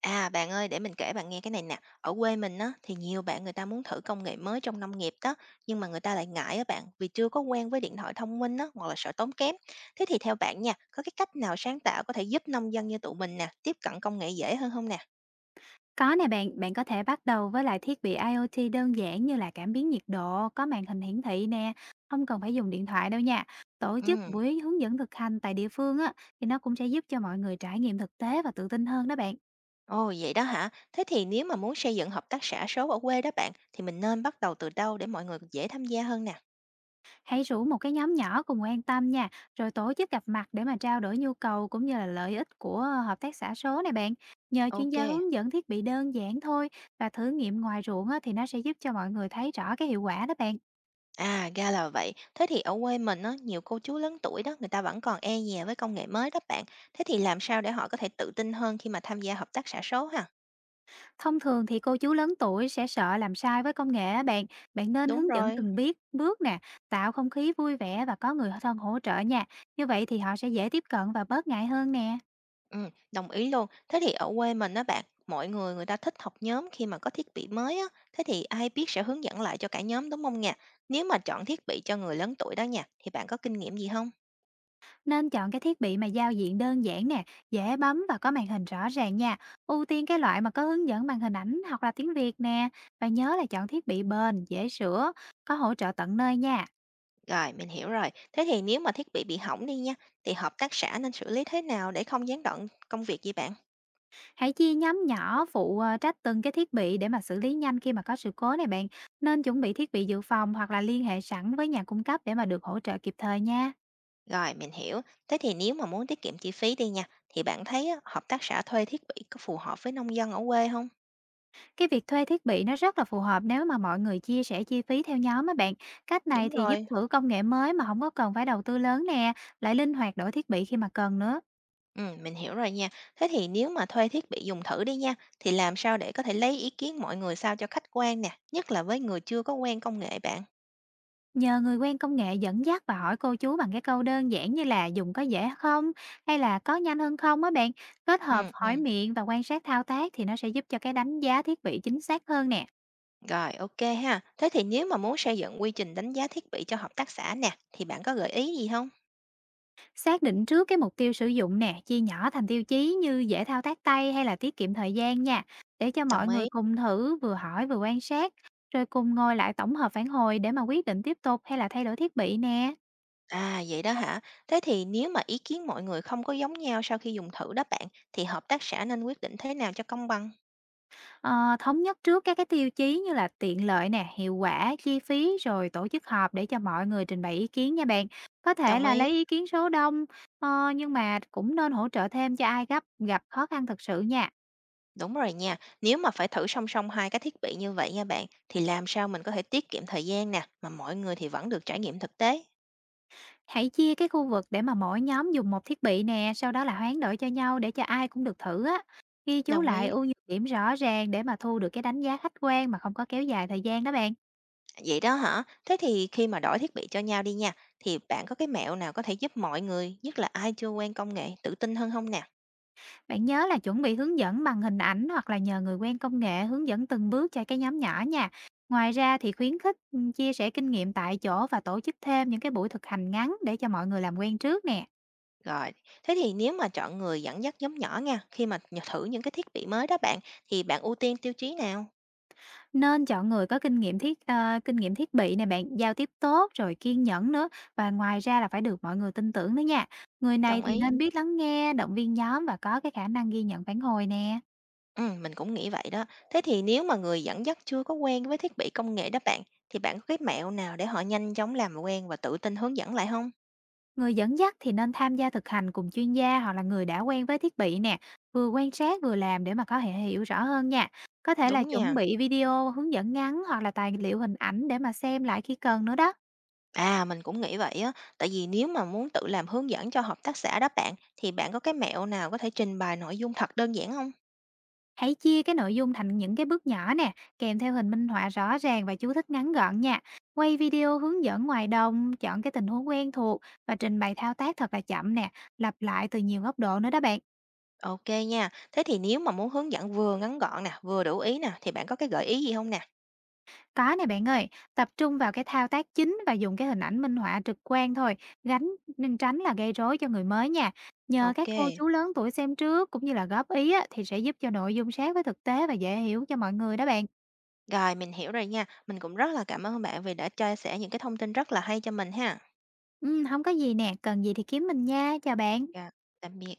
À, bạn ơi, để mình kể bạn nghe cái này nè. Ở quê mình á, thì nhiều bạn người ta muốn thử công nghệ mới trong nông nghiệp đó, nhưng mà người ta lại ngại á bạn, vì chưa có quen với điện thoại thông minh á, hoặc là sợ tốn kém. Thế thì theo bạn nha, có cái cách nào sáng tạo có thể giúp nông dân như tụi mình nè, tiếp cận công nghệ dễ hơn không nè? Có nè bạn, bạn có thể bắt đầu với lại thiết bị IoT đơn giản như là cảm biến nhiệt độ, có màn hình hiển thị nè, không cần phải dùng điện thoại đâu nha. Tổ Ừ, chức buổi hướng dẫn thực hành tại địa phương á, thì nó cũng sẽ giúp cho mọi người trải nghiệm thực tế và tự tin hơn đó bạn. ồ vậy đó hả? Thế thì nếu mà muốn xây dựng hợp tác xã số ở quê đó bạn, thì mình nên bắt đầu từ đâu để mọi người dễ tham gia hơn nè? Hãy rủ một cái nhóm nhỏ cùng quan tâm nha, rồi tổ chức gặp mặt để mà trao đổi nhu cầu cũng như là lợi ích của hợp tác xã số này bạn. Nhờ chuyên gia Ok. hướng dẫn thiết bị đơn giản thôi và thử nghiệm ngoài ruộng á, thì nó sẽ giúp cho mọi người thấy rõ cái hiệu quả đó bạn. À, ra là vậy. Thế thì ở quê mình á, nhiều cô chú lớn tuổi đó, người ta vẫn còn e dè với công nghệ mới đó bạn. Thế thì làm sao để họ có thể tự tin hơn khi mà tham gia hợp tác xã số hả? Thông thường thì cô chú lớn tuổi sẽ sợ làm sai với công nghệ á bạn. Bạn nên Đúng hướng dẫn rồi. từng biết bước nè, tạo không khí vui vẻ và có người thân hỗ trợ nha. Như vậy thì họ sẽ dễ tiếp cận và bớt ngại hơn nè. Ừ, đồng ý luôn. Thế thì ở quê mình đó bạn, mọi người người ta thích học nhóm khi mà có thiết bị mới á. Thế thì ai biết sẽ hướng dẫn lại cho cả nhóm đúng không nha? Nếu mà chọn thiết bị cho người lớn tuổi đó nha, thì bạn có kinh nghiệm gì không? Nên chọn cái thiết bị mà giao diện đơn giản nè, dễ bấm và có màn hình rõ ràng nha. Ưu tiên cái loại mà có hướng dẫn bằng hình ảnh hoặc là tiếng Việt nè. Và nhớ là chọn thiết bị bền, dễ sửa, có hỗ trợ tận nơi nha. Rồi, mình hiểu rồi. Thế thì nếu mà thiết bị hỏng đi nha, thì hợp tác xã nên xử lý thế nào để không gián đoạn công việc gì bạn? Hãy chia nhóm nhỏ phụ, trách từng cái thiết bị để mà xử lý nhanh khi mà có sự cố này bạn. Nên chuẩn bị thiết bị dự phòng hoặc là liên hệ sẵn với nhà cung cấp để mà được hỗ trợ kịp thời nha. Rồi, mình hiểu. Thế thì nếu mà muốn tiết kiệm chi phí đi nha, thì bạn thấy á, hợp tác xã thuê thiết bị có phù hợp với nông dân ở quê không? Cái việc thuê thiết bị nó rất là phù hợp nếu mà mọi người chia sẻ chi phí theo nhóm á bạn. Cách này Đúng thì giúp rồi. thử công nghệ mới mà không có cần phải đầu tư lớn nè, lại linh hoạt đổi thiết bị khi mà cần nữa. Ừ, mình hiểu rồi nha. Thế thì nếu mà thuê thiết bị dùng thử đi nha, thì làm sao để có thể lấy ý kiến mọi người sao cho khách quan nè, nhất là với người chưa có quen công nghệ bạn. Nhờ người quen công nghệ dẫn dắt và hỏi cô chú bằng cái câu đơn giản như là dùng có dễ không hay là có nhanh hơn không á bạn, kết hợp Ừ. hỏi miệng và quan sát thao tác thì nó sẽ giúp cho cái đánh giá thiết bị chính xác hơn nè. Rồi, ok ha. Thế thì nếu mà muốn xây dựng quy trình đánh giá thiết bị cho hợp tác xã nè, thì bạn có gợi ý gì không? Xác định trước cái mục tiêu sử dụng nè, chia nhỏ thành tiêu chí như dễ thao tác tay hay là tiết kiệm thời gian nha, để cho mọi Đồng người ý. cùng thử vừa hỏi vừa quan sát, rồi cùng ngồi lại tổng hợp phản hồi để mà quyết định tiếp tục hay là thay đổi thiết bị nè. À, vậy đó hả? Thế thì nếu mà ý kiến mọi người không có giống nhau sau khi dùng thử đó bạn, thì hợp tác xã nên quyết định thế nào cho công bằng? Ờ, Thống nhất trước các cái tiêu chí như là tiện lợi nè, hiệu quả, chi phí rồi tổ chức họp để cho mọi người trình bày ý kiến nha bạn. Có thể Đồng là lấy ý. ý kiến số đông, nhưng mà cũng nên hỗ trợ thêm cho ai gấp gặp khó khăn thực sự nha. Đúng rồi nha. Nếu mà phải thử song song hai cái thiết bị như vậy nha bạn, thì làm sao mình có thể tiết kiệm thời gian nè, mà mọi người thì vẫn được trải nghiệm thực tế. Hãy chia cái khu vực để mà mỗi nhóm dùng một thiết bị nè, sau đó là hoán đổi cho nhau để cho ai cũng được thử á. Ghi chú Đồng lại ý. ưu nhược điểm rõ ràng để mà thu được cái đánh giá khách quan mà không có kéo dài thời gian đó bạn. Vậy đó hả? Thế thì khi mà đổi thiết bị cho nhau đi nha, thì bạn có cái mẹo nào có thể giúp mọi người, nhất là ai chưa quen công nghệ, tự tin hơn không nè? Bạn nhớ là chuẩn bị hướng dẫn bằng hình ảnh hoặc là nhờ người quen công nghệ hướng dẫn từng bước cho cái nhóm nhỏ nha. Ngoài ra thì khuyến khích chia sẻ kinh nghiệm tại chỗ và tổ chức thêm những cái buổi thực hành ngắn để cho mọi người làm quen trước nè. Rồi, thế thì nếu mà chọn người dẫn dắt nhóm nhỏ nha, khi mà thử những cái thiết bị mới đó bạn, thì bạn ưu tiên tiêu chí nào? Nên chọn người có kinh nghiệm thiết bị này bạn, giao tiếp tốt rồi kiên nhẫn nữa và ngoài ra là phải được mọi người tin tưởng nữa nha. Người này Đồng thì ý. nên biết lắng nghe, động viên nhóm và có cái khả năng ghi nhận phản hồi nè. Mình cũng nghĩ vậy đó. Thế thì nếu mà người dẫn dắt chưa có quen với thiết bị công nghệ đó bạn, thì bạn có cái mẹo nào để họ nhanh chóng làm quen và tự tin hướng dẫn lại không? Người dẫn dắt thì nên tham gia thực hành cùng chuyên gia hoặc là người đã quen với thiết bị nè, vừa quan sát vừa làm để mà có thể hiểu rõ hơn nha. Có thể là Đúng chuẩn nha. bị video hướng dẫn ngắn hoặc là tài liệu hình ảnh để mà xem lại khi cần nữa đó. À, mình cũng nghĩ vậy á, tại vì nếu mà muốn tự làm hướng dẫn cho hợp tác xã đó bạn, thì bạn có cái mẹo nào có thể trình bày nội dung thật đơn giản không? Hãy chia cái nội dung thành những cái bước nhỏ nè, kèm theo hình minh họa rõ ràng và chú thích ngắn gọn nha. Quay video hướng dẫn ngoài đồng, chọn cái tình huống quen thuộc và trình bày thao tác thật là chậm nè, lặp lại từ nhiều góc độ nữa đó bạn. OK nha. Thế thì nếu mà muốn hướng dẫn vừa ngắn gọn nè, vừa đủ ý nè, thì bạn có cái gợi ý gì không nè? Có nè bạn ơi, tập trung vào cái thao tác chính và dùng cái hình ảnh minh họa trực quan thôi, gánh nên tránh là gây rối cho người mới nha. Nhờ các cô OK, chú lớn tuổi xem trước cũng như là góp ý á, thì sẽ giúp cho nội dung sát với thực tế và dễ hiểu cho mọi người đó bạn. rồi mình hiểu rồi nha. Mình cũng rất là cảm ơn bạn vì đã chia sẻ những cái thông tin rất là hay cho mình ha. Ừ, không có gì nè, cần gì thì kiếm mình nha, chào bạn. Rồi, tạm biệt.